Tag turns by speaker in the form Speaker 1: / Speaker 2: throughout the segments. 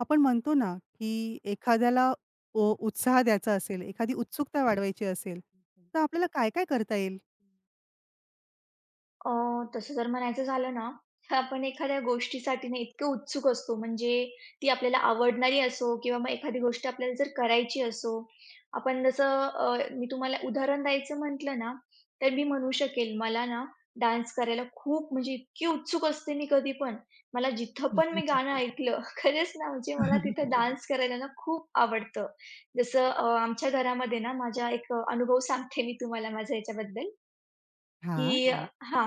Speaker 1: आपण म्हणतो ना, की एखाद्याला उत्साह द्यायचा असेल, एखादी उत्सुकता वाढवायची असेल, तर आपल्याला काय-काय करता येईल?
Speaker 2: अ, तसं जर म्हणायचं झालं ना, तर आपण एखाद्या गोष्टीसाठी ना इतके उत्सुक असतो, म्हणजे ती आपल्याला आवडणारी असो किंवा मग एखादी गोष्ट आपल्याला जर करायची असो, आपण जसं मी तुम्हाला उदाहरण द्यायचं म्हटलं ना, तर मी म्हणू शकेल मला ना डान्स करायला खूप म्हणजे इतकी उत्सुक असते मी कधी पण. मला जिथं पण मी गाणं ऐकलं, खरंच ना म्हणजे मला तिथं डान्स करायला ना खूप आवडतं. जसं आमच्या घरामध्ये ना माझा एक अनुभव सांगते मी तुम्हाला माझ्या ह्याच्याबद्दल.
Speaker 1: हां.
Speaker 2: की हां.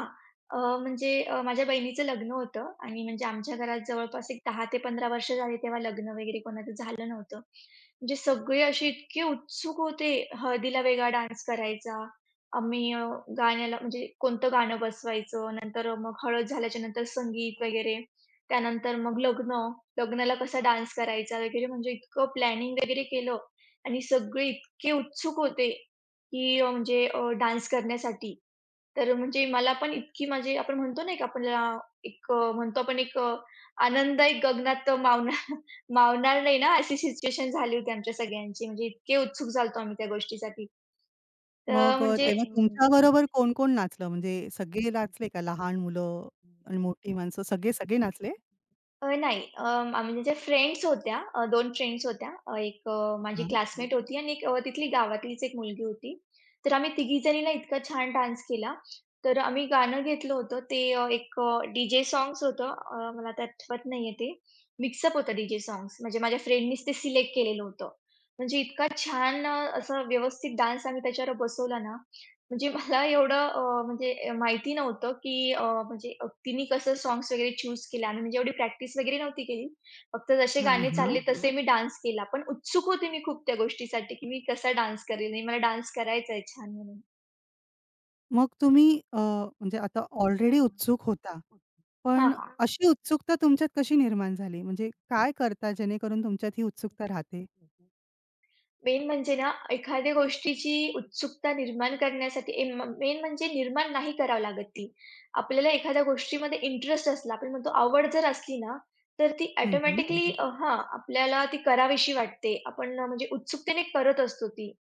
Speaker 2: म्हणजे माझ्या बहिणीचं लग्न होतं आणि म्हणजे आमच्या घरात जवळपास एक 10 ते 15 वर्ष झाली तेव्हा लग्न वगैरे कोणाचं झालं नव्हतं. म्हणजे सगळे असे इतके उत्सुक होते, हळदीला वेगळा डान्स करायचा. आम्ही गाण्याला म्हणजे कोणतं गाणं बसवायचं, नंतर मग हळद झाल्याच्या नंतर संगीत वगैरे, त्यानंतर मग लग्न, लग्नाला कसा डान्स करायचा वगैरे म्हणजे इतकं प्लॅनिंग वगैरे केलं आणि सगळे इतके उत्सुक होते, की म्हणजे डान्स करण्यासाठी. तर म्हणजे मला पण इतकी म्हणजे आपण म्हणतो नाही का आपल्याला एक म्हणतो आपण एक आनंद एक गगनात मावणार मावणार नाही ना, अशी सिच्युएशन झाली होती आमच्या सगळ्यांची. म्हणजे इतके उत्सुक झालो होतो आम्ही त्या गोष्टीसाठी. तर
Speaker 1: मग
Speaker 2: म्हणजे
Speaker 1: तेव्हा
Speaker 2: हं, हं.
Speaker 1: तुमच्याबरोबर कोण-कोण नाचलं? म्हणजे सगळे नाचले का? लहान मुलं आणि मोठी माणसं सगळे-सगळे नाचले?
Speaker 2: नाही. आम्ही म्हणजे फ्रेंड्स होत्या. 2 फ्रेंड्स होत्या. एक माझी
Speaker 1: हां,
Speaker 2: क्लासमेट होती आणि एक तिथली गावातलीच एक मुलगी होती. तर आम्ही तिघी जणी ना इतका छान डान्स केला. तर आम्ही गाणं घेतलं होतं ते एक डी होतं. मला आता आठवत नाहीये ते. मिक्सअप होतं डी-जे सॉंग्स, म्हणजे माझ्या फ्रेंडनीच ते सिलेक्ट केलेलं होतं. म्हणजे इतका छान असा व्यवस्थित डान्स आम्ही त्याच्यावर बसवला ना, म्हणजे मला एवढं म्हणजे माहिती नव्हतं, की म्हणजे तिने कसं सॉन्ग्स वगैरे चूज केले. आम्ही म्हणजे एवढी प्रॅक्टिस वगैरे नव्हती केली. फक्त जसे
Speaker 1: हां,
Speaker 2: गाणे
Speaker 1: हां.
Speaker 2: चालले तसे मी डान्स केला. पण उत्सुक होते मी खूप त्या गोष्टीसाठी, की मी कसा डान्स करेल आणि मला डान्स करायचा आहे छान म्हणून.
Speaker 1: मग तुम्ही म्हणजे आता ऑलरेडी उत्सुक होता,
Speaker 2: हां,
Speaker 1: पण
Speaker 2: हां.
Speaker 1: अशी उत्सुकता तुमच्यात कशी निर्माण झाली? म्हणजे काय करता जेणेकरून तुमच्यात ही उत्सुकता राहते?
Speaker 2: मेन म्हणजे ना, एखाद्या गोष्टीची उत्सुकता निर्माण करण्यासाठी ए म मेन म्हणजे निर्माण नाही करावी लागत ती. आपल्याला एखाद्या गोष्टीमध्ये इंटरेस्ट असला, आपण म्हणतो आवड जर असली ना, तर ती
Speaker 1: हं,
Speaker 2: ऑटोमॅटिकली अ, आपल्याला ती करावीशी वाटते. आपण म्हणजे उत्सुकतेने करत असतो ती.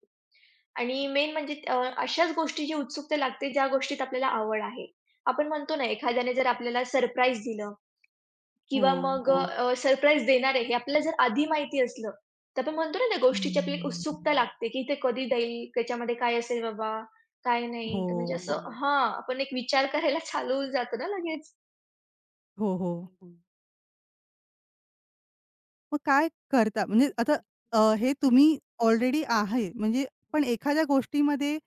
Speaker 2: आणि मेन म्हणजे अशाच गोष्टीची उत्सुकता लागते, ज्या गोष्टीत आपल्याला आवड आहे. आपण म्हणतो ना, एखाद्याने जर आपल्याला सरप्राईज दिलं किंवा
Speaker 1: हो.
Speaker 2: मग हो. सरप्राईज देणार आहे हे आपल्याला जर आधी माहिती असलं, तर आपण म्हणतो ना त्या गोष्टीची आपली एक
Speaker 1: हम्म.
Speaker 2: उत्सुकता लागते, की ते कधी देईल, त्याच्यामध्ये काय असेल बाबा, काय नाही.
Speaker 1: हो.
Speaker 2: तर म्हणजे असं हं. हां, आपण एक विचार करायला चालू जातो ना लगेच.
Speaker 1: हो, हो. मग काय करता? म्हणजे आता हे तुम्ही ऑलरेडी आहे म्हणजे पण एखाद्या गोष्टीमध्ये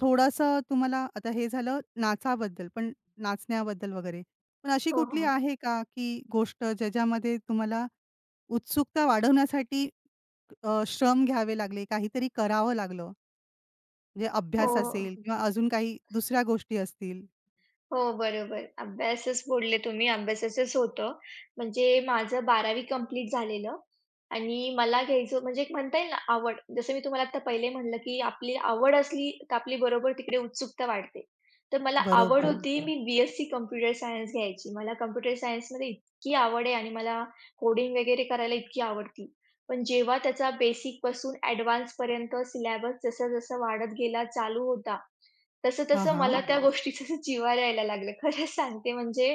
Speaker 1: थोडंसं तुम्हाला आता हे झालं नाचाबद्दल, पण नाचण्याबद्दल वगैरे. पण अशी
Speaker 2: हो,
Speaker 1: कुठली
Speaker 2: हो.
Speaker 1: आहे का, की गोष्ट ज्याच्यामध्ये तुम्हाला उत्सुकता वाढवण्यासाठी श्रम घ्यावे लागले, काहीतरी करावं लागलं? म्हणजे
Speaker 2: हो,
Speaker 1: अभ्यास असेल किंवा अजून काही दुसऱ्या गोष्टी असतील.
Speaker 2: हो, बरोबर. अभ्यासच बोलले तुम्ही, अभ्यासाचंच होतं. म्हणजे माझं 12वी कंप्लीट झालेलं आणि मला घ्यायचं म्हणजे एक म्हणता येईल ना आवड. जसं मी तुम्हाला आता पहिले म्हटलं, की आपली आवड असली तर आपली बरोबर तिकडे उत्सुकता वाढते. तर मला आवड
Speaker 1: बरोबर.
Speaker 2: होती, मी बी-एससी कॉम्प्युटर सायन्स घ्यायची. मला कॉम्प्युटर सायन्समध्ये इतकी आवड आहे आणि मला कोडिंग वगैरे करायला इतकी आवडती. पण जेव्हा त्याचा बेसिकपासून ॲडवान्सपर्यंत सिलॅबस जसा-जसा वाढत गेला, चालू होता
Speaker 1: हां,
Speaker 2: तसं-तसं
Speaker 1: हां.
Speaker 2: मला त्या गोष्टीचं जिव्हार यायला लागलं. खरं सांगते म्हणजे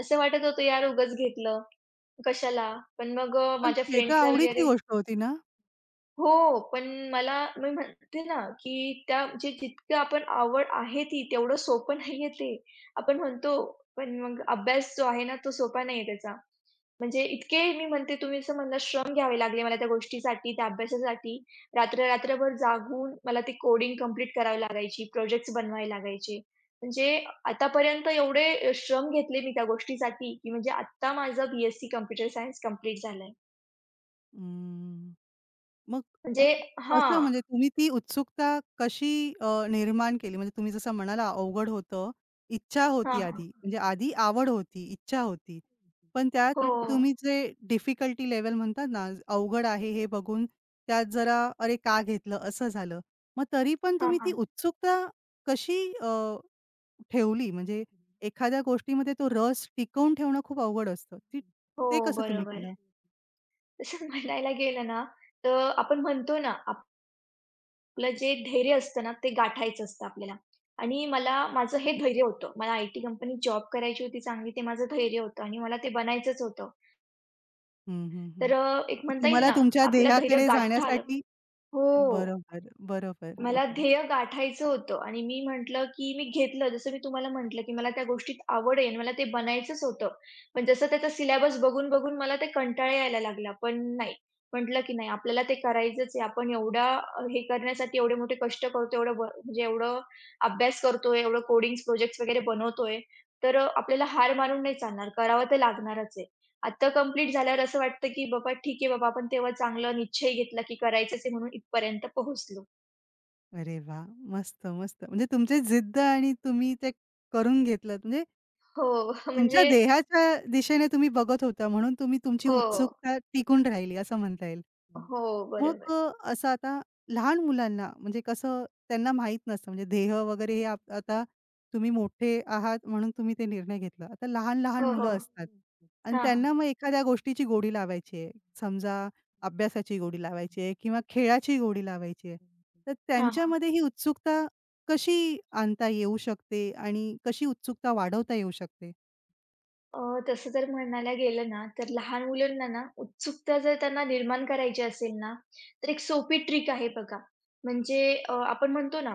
Speaker 2: असं वाटत होतं यार उगाच घेतलं. कशाला? पण मग
Speaker 1: पण
Speaker 2: माझ्या
Speaker 1: ते तर
Speaker 2: फ्रेंड्सला
Speaker 1: आवडीची
Speaker 2: वगैरे
Speaker 1: गोष्ट होती ना?
Speaker 2: हो, पण मला मी म्हणते ना, की त्या जे जितकं आपण आवड आहे ती तेवढं सोपं नाहीये ते. आपण म्हणतो, पण मग अभ्यास जो आहे ना, तो सोपा नाहीये त्याचा. म्हणजे इतके मी म्हणते तुम्ही जसं म्हणला श्रम घ्यावे लागले मला त्या गोष्टीसाठी, त्या अभ्यासासाठी. रात्र-रात्रभर जागून मला ती कोडिंग कंप्लीट करावी लागायची, प्रोजेक्ट्स बनवावे लागायचे. म्हणजे आतापर्यंत एवढे श्रम घेतले मी त्या गोष्टीसाठी, की म्हणजे आत्ता माझं बी-एससी कम्प्युटर सायन्स कंप्लीट झालंय.
Speaker 1: हं. मग
Speaker 2: म्हणजे
Speaker 1: कसं
Speaker 2: हां,
Speaker 1: म्हणजे तुम्ही ती उत्सुकता कशी निर्माण केली? म्हणजे तुम्ही जसं म्हणाला अवघड होतं, इच्छा होती
Speaker 2: हां,
Speaker 1: आधी. म्हणजे आधी आवड होती, इच्छा होती. पण त्यात
Speaker 2: हो.
Speaker 1: तुम्ही जे डिफिकल्टी लेवल म्हणतात ना, अवघड आहे हे बघून त्यात जरा "अरे का घेतलं?" असं झालं. मग तरी पण
Speaker 2: हां,
Speaker 1: तुम्ही ती
Speaker 2: हां.
Speaker 1: उत्सुकता कशी ठेवली? म्हणजे एखाद्या गोष्टीमध्ये तो रस टिकवून ठेवणं खूप अवघड असतं. ती
Speaker 2: हो,
Speaker 1: ते कसं तुम्ही
Speaker 2: बरोबर.
Speaker 1: केलं?
Speaker 2: तसं म्हणायला गेलं ना, तर आपण म्हणतो ना, आपलं जे धैर्य असतं ना, ते गाठायचं असतं आपल्याला. आणि मला माझं हे धैर्य होतं. मला आयटी कंपनीत जॉब करायची होती चांगली, ते माझं धैर्य होतं आणि मला ते बनायचंच होतं.
Speaker 1: हं, हं, हं.
Speaker 2: तर एक म्हणता येईल
Speaker 1: तुम्हाला
Speaker 2: ना,
Speaker 1: तुमच्या
Speaker 2: आपल्याला धैर्य
Speaker 1: ध्येयाकडे
Speaker 2: गाठता आलं.
Speaker 1: जाण्यासाठी
Speaker 2: हो.
Speaker 1: बरोबर, बरोबर.
Speaker 2: मला ध्येय गाठायचं होतं आणि मी म्हटलं, की मी घेतलं. जसं मी तुम्हाला म्हटलं, की मला त्या गोष्टीत आवड आहे आणि मला ते बनायचंच होतं. पण जसं त्याचा सिलेबस बघून-बघून मला ते कंटाळा यायला लागला. पण नाही, म्हटलं, की नाही आपल्याला ते करायचंच आहे. आपण एवढा हे करण्यासाठी एवढे मोठे कष्ट करतो, एवढं म्हणजे एवढं अभ्यास करतोय, एवढं कोडिंग्स प्रोजेक्ट्स वगैरे बनवतोय. तर आपल्याला हार मानून नाही चालणार. करावं तर लागणारच आहे. आता कंप्लीट झाल्यावर असं वाटतं, की बाबा ठीक आहे बाबा आपण तेव्हा चांगला निश्चय घेतला, की करायचंच आहे म्हणून इथपर्यंत पोहोचलो.
Speaker 1: अरे वाह! मस्त, मस्त. म्हणजे तुमची जिद्द आणि तुम्ही ते करून घेतलत. म्हणजे
Speaker 2: हो,
Speaker 1: तुमच्या
Speaker 2: म्हणजे
Speaker 1: देहाच्या दिशेने तुम्ही बघत होता म्हणून तुम्ही तुमची उत्सुकता टिकून राहिली असं म्हणता येईल.
Speaker 2: हो,
Speaker 1: मग
Speaker 2: बरोबर.
Speaker 1: असं आता लहान मुलांना म्हणजे कसं त्यांना माहीत नसतं म्हणजे देह वगैरे हे आता तुम्ही मोठे आहात म्हणून तुम्ही ते निर्णय घेतला. आता लहान-लहान
Speaker 2: हो, हो.
Speaker 1: मुलं असतात आणि
Speaker 2: हां, हां.
Speaker 1: त्यांना मग एखाद्या गोष्टीची गोडी लावायची आहे. समजा अभ्यासाची गोडी लावायची आहे किंवा खेळाची गोडी लावायची आहे. तर
Speaker 2: हां, हां.
Speaker 1: त्यांच्यामध्ये ही उत्सुकता कशी आणता येऊ शकते आणि कशी उत्सुकता वाढवता येऊ शकते?
Speaker 2: तसं जर म्हणायला गेलं ना, तर लहान मुलांना ना, उत्सुकता जर त्यांना निर्माण करायची असेल ना, तर एक सोपी ट्रिक आहे बघा. म्हणजे आपण म्हणतो ना,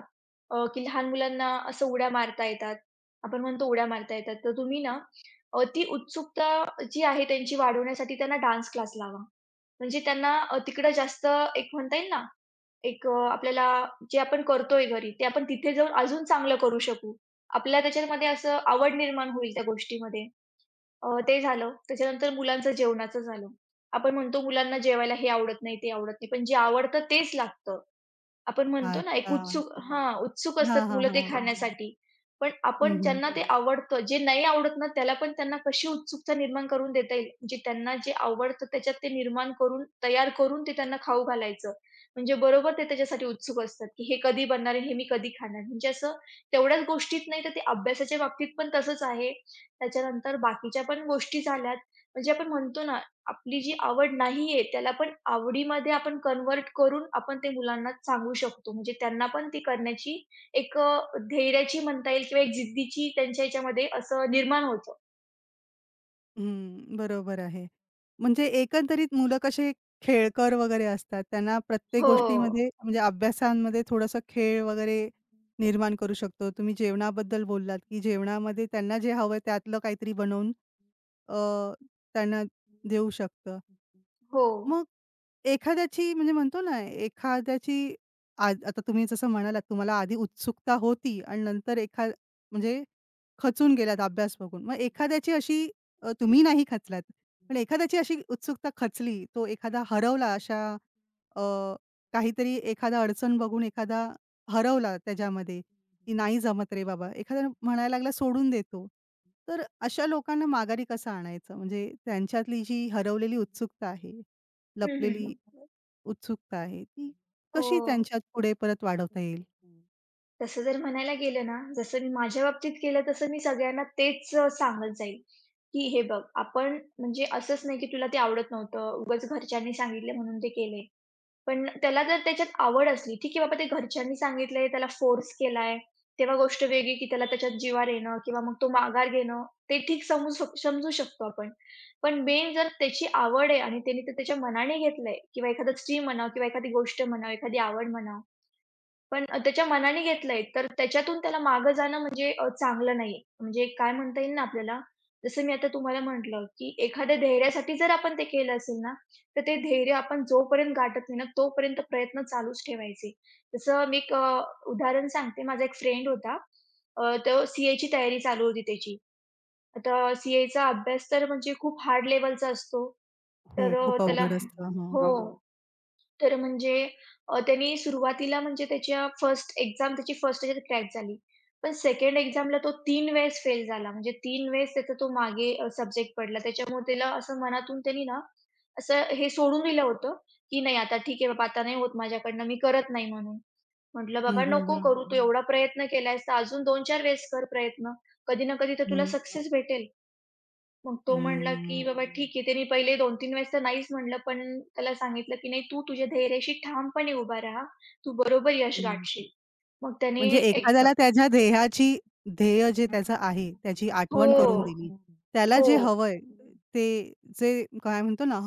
Speaker 2: की लहान मुलांना असं उड्या मारता येतात. आपण म्हणतो उड्या मारता येतात. तर तुम्ही ना, ती उत्सुकता जी आहे त्यांची वाढवण्यासाठी त्यांना डान्स क्लास लावा. म्हणजे त्यांना तिकडं जास्त एक म्हणता येईल ना एक आपल्याला जे आपण करतोय घरी, ते आपण तिथे जाऊन अजून चांगलं करू शकू. आपल्याला त्याच्यामध्ये असं आवड निर्माण होईल त्या गोष्टीमध्ये. ते झालं. त्याच्यानंतर मुलांचं जेवणाचं झालं. आपण म्हणतो मुलांना जेवायला हे आवडत नाही, ते आवडत नाही, पण जे आवडतं तेच लागतं. आपण म्हणतो ना एक
Speaker 1: अच्छा.
Speaker 2: उत्सुक हां, उत्सुक
Speaker 1: हां,
Speaker 2: असतात
Speaker 1: हां,
Speaker 2: मुलं
Speaker 1: हां,
Speaker 2: ते
Speaker 1: हां.
Speaker 2: खाण्यासाठी. पण आपण
Speaker 1: हं,
Speaker 2: ज्यांना ते आवडतं, जे नाही आवडत ना, त्याला पण त्यांना कशी उत्सुकता निर्माण करून देता येईल, म्हणजे त्यांना जे आवडतं त्याच्यात ते निर्माण करून, तयार करून ते त्यांना खाऊ घालायचं. म्हणजे बरोबर ते त्याच्यासाठी उत्सुक असतात, की हे कधी बनणार आहे, हे मी कधी खाणार. म्हणजे असं तेवढ्याच गोष्टीत नाही तर ते अभ्यासाच्या बाबतीत पण तसंच आहे. त्याच्यानंतर बाकीच्या पण गोष्टी झाल्यात, म्हणजे आपण म्हणतो ना आपली जी आवड नाहीये, त्याला पण आवडीमध्ये आपण कन्व्हर्ट करून आपण ते मुलांना सांगू शकतो. म्हणजे त्यांना पण ती करण्याची एक धैर्याची म्हणता येईल किंवा एक जिद्दीची त्यांच्या ह्याच्यामध्ये असं निर्माण होतं.
Speaker 1: हं, बरोबर आहे. म्हणजे एकंदरीत मुलं कसे खेळकर वगैरे असतात. त्यांना प्रत्येक
Speaker 2: हो,
Speaker 1: गोष्टीमध्ये म्हणजे अभ्यासामध्ये थोडासा खेळ वगैरे निर्माण करू शकतो. तुम्ही जेवणाबद्दल बोललात, की जेवणामध्ये त्यांना जे हवं आहे त्यातलं काहीतरी बनवून अ, त्यांना देऊ शकतं.
Speaker 2: हो.
Speaker 1: मग एखाद्याची म्हणजे म्हणतो ना, एखाद्याची आज आता तुम्ही जसं म्हणालात तुम्हाला आधी उत्सुकता होती आणि नंतर म्हणजे खचून गेलात अभ्यास बघून. मग एखाद्याची अशी तुम्ही नाही खचलात, पण एखाद्याची अशी उत्सुकता खचली, तो एखादा हरवला अशा अ, काहीतरी एखादा अडचण बघून एखादा हरवला त्याच्यामध्ये, की नाही जमत रे बाबा. एखादा म्हणायला लागला सोडून देतो. तर अशा लोकांना माघारी कसं आणायचं? म्हणजे त्यांच्यातली जी हरवलेली उत्सुकता आहे,
Speaker 2: हं, हं,
Speaker 1: लपलेली
Speaker 2: हं.
Speaker 1: उत्सुकता आहे, ती
Speaker 2: हो.
Speaker 1: कशी त्यांच्यात पुढे परत वाढवता येईल?
Speaker 2: तसं जर म्हणायला गेलं ना, जसं मी माझ्या बाबतीत केलं तसं मी सगळ्यांना तेच सांगत जाईल, की "हे बघ आपण म्हणजे असंच नाही की तुला ते आवडत नव्हतं, उगाच घरच्यांनी सांगितले म्हणून ते केले. पण त्याला जर त्याच्यात आवड असली, ठीक आहे बाबा ते घरच्यांनी सांगितलंय, त्याला फोर्स केलाय, तेव्हा गोष्ट वेगळी, की त्याला त्याच्यात जिव्हार येणं किंवा मग तो माघार घेणं, ते ठीक समजू शकतो आपण. पण मेन जर त्याची आवड आहे आणि त्याने ते त्याच्या मनाने घेतलंय किंवा एखादं स्ट्रीम म्हणा किंवा एखादी गोष्ट म्हणा, एखादी आवड म्हणा, पण त्याच्या मनाने घेतलंय, तर त्याच्यातून त्याला मागं जाणं म्हणजे चांगलं नाहीये. म्हणजे काय म्हणता येईल ना आपल्याला, जसं मी आता तुम्हाला म्हटलं, की एखाद्या धैर्यासाठी जर आपण ते केलं असेल ना, तर ते धैर्य आपण जोपर्यंत गाठत नाही ना, तोपर्यंत प्रयत्न चालूच ठेवायचे. जसं मी एक उदाहरण सांगते. माझा एक फ्रेंड होता. तो सी-एची तयारी चालू होती त्याची. आता सी-एचा अभ्यास तर म्हणजे खूप हार्ड लेव्हलचा असतो.
Speaker 1: हो,
Speaker 2: तर
Speaker 1: खूप
Speaker 2: त्याला
Speaker 1: अवघड असतं. हं.
Speaker 2: हो. तर म्हणजे त्यानी सुरुवातीला म्हणजे त्याच्या फर्स्ट एक्झाम त्याची फर्स्ट ह्याच्यात क्रॅक झाली. पण सेकंड एक्झामला तो 3 वेळेस फेल झाला. म्हणजे 3 वेळेस त्याचा तो मागे सब्जेक्ट पडला. त्याच्यामुळे त्याला असं मनातून त्यानी ना, असं हे सोडून दिलं होतं, की नाही आता ठीक आहे बाबा, आता नाही होत माझ्याकडनं, मी करत नाही म्हणून. म्हटलं,
Speaker 1: हं,
Speaker 2: "बाबा
Speaker 1: हं,
Speaker 2: नको
Speaker 1: हं.
Speaker 2: करू, तू एवढा प्रयत्न केलायस तर अजून 2-4 वेळेस कर प्रयत्न. कधी ना कधी तर तुला
Speaker 1: हं.
Speaker 2: सक्सेस भेटेल." मग तो म्हटला,
Speaker 1: हम्म,
Speaker 2: की "बाबा ठीक आहे." त्याने पहिले 2 तीन वेळेस तर नाहीच म्हटलं, पण त्याला सांगितलं, की "नाही, तू तुझ्या धैर्याशी ठामपणे उभा राहा. तू बरोबर यश
Speaker 1: हं.
Speaker 2: गाठशील." मग त्याने
Speaker 1: म्हणजे
Speaker 2: एक
Speaker 1: एखाद्याला त्याच्या ध्येयाची ध्येय जे त्याचं आहे, त्याची आठवण करून दिली.
Speaker 2: हो.
Speaker 1: त्याला
Speaker 2: हो.
Speaker 1: जे हवंय ते जे काय म्हणतो ना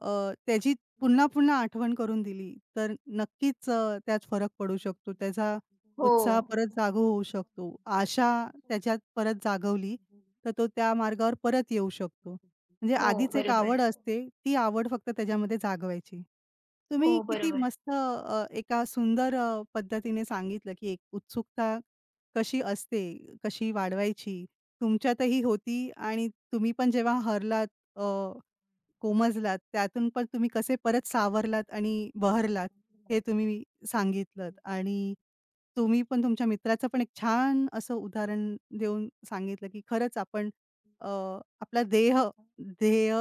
Speaker 1: अ, त्याची पुन्हा-पुन्हा आठवण करून दिली, तर नक्कीच त्यात फरक पडू शकतो. त्याचा
Speaker 2: हो.
Speaker 1: उत्साह परत जागा होऊ शकतो. आशा त्याच्यात परत जागवली, तर तो त्या मार्गावर परत येऊ शकतो. म्हणजे
Speaker 2: हो,
Speaker 1: आधीच एक
Speaker 2: बरोबर.
Speaker 1: आवड असते, ती आवड फक्त त्याच्यामध्ये जागवायची.
Speaker 2: हो,
Speaker 1: तुम्ही किती
Speaker 2: बरोबर.
Speaker 1: मस्त एका सुंदर पद्धतीने सांगितलं, की एक उत्सुकता कशी असते, कशी वाढवायची. तुमच्यातही होती आणि तुम्ही पण जेव्हा हरलात अ कोमजलात. त्यातून पण तुम्ही कसे परत सावरलात आणि बहरलात, हे तुम्ही सांगितलत आणि तुम्ही पण तुमच्या मित्राचं पण एक छान असं उदाहरण देऊन सांगितलं, की खरंच आपण अ, आपला देह ध्येय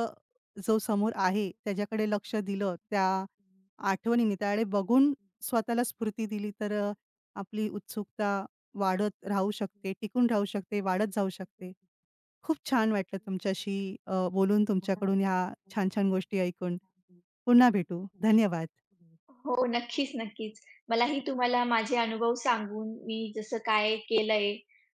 Speaker 1: जो समोर आहे, त्याच्याकडे लक्ष दिलं, त्या आठवणीने, त्याकडे बघून स्वतःला स्फूर्ती दिली, तर आपली उत्सुकता वाढत राहू शकते, टिकून राहू शकते, वाढत जाऊ शकते. खूप छान वाटलं तुमच्याशी बोलून तुमच्याकडून ह्या छान-छान गोष्टी ऐकून. पुन्हा भेटू. धन्यवाद.
Speaker 2: हो, नक्कीच, नक्कीच. मलाही तुम्हाला माझे अनुभव सांगून मी जसं काय केलंय,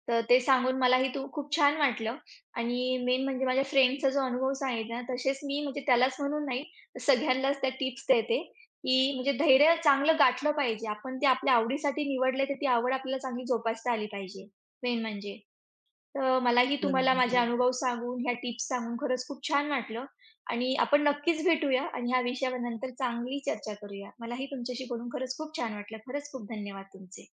Speaker 2: तर ते सांगून मलाही तू खूप छान वाटलं आणि मेन म्हणजे माझ्या फ्रेंडचा जो अनुभव सांगितला ना, तसेच मी म्हणजे त्यालाच म्हणून नाही, तर सगळ्यांनाच त्या टिप्स देते, की म्हणजे धैर्य चांगलं गाठलं पाहिजे. आपण ते आपल्या आवडीसाठी निवडले, तर ती आवड आपल्याला चांगली जोपासता आली पाहिजे, मेन म्हणजे. तर मलाही तुम्हाला
Speaker 1: बरोबर.
Speaker 2: माझे अनुभव सांगून, ह्या टिप्स सांगून खरंच खूप छान वाटलं आणि आपण नक्कीच भेटूया आणि ह्या विषयावर नंतर चांगली चर्चा करूया. मलाही तुमच्याशी बोलून खरंच खूप छान वाटलं. खरंच खूप धन्यवाद तुमचे.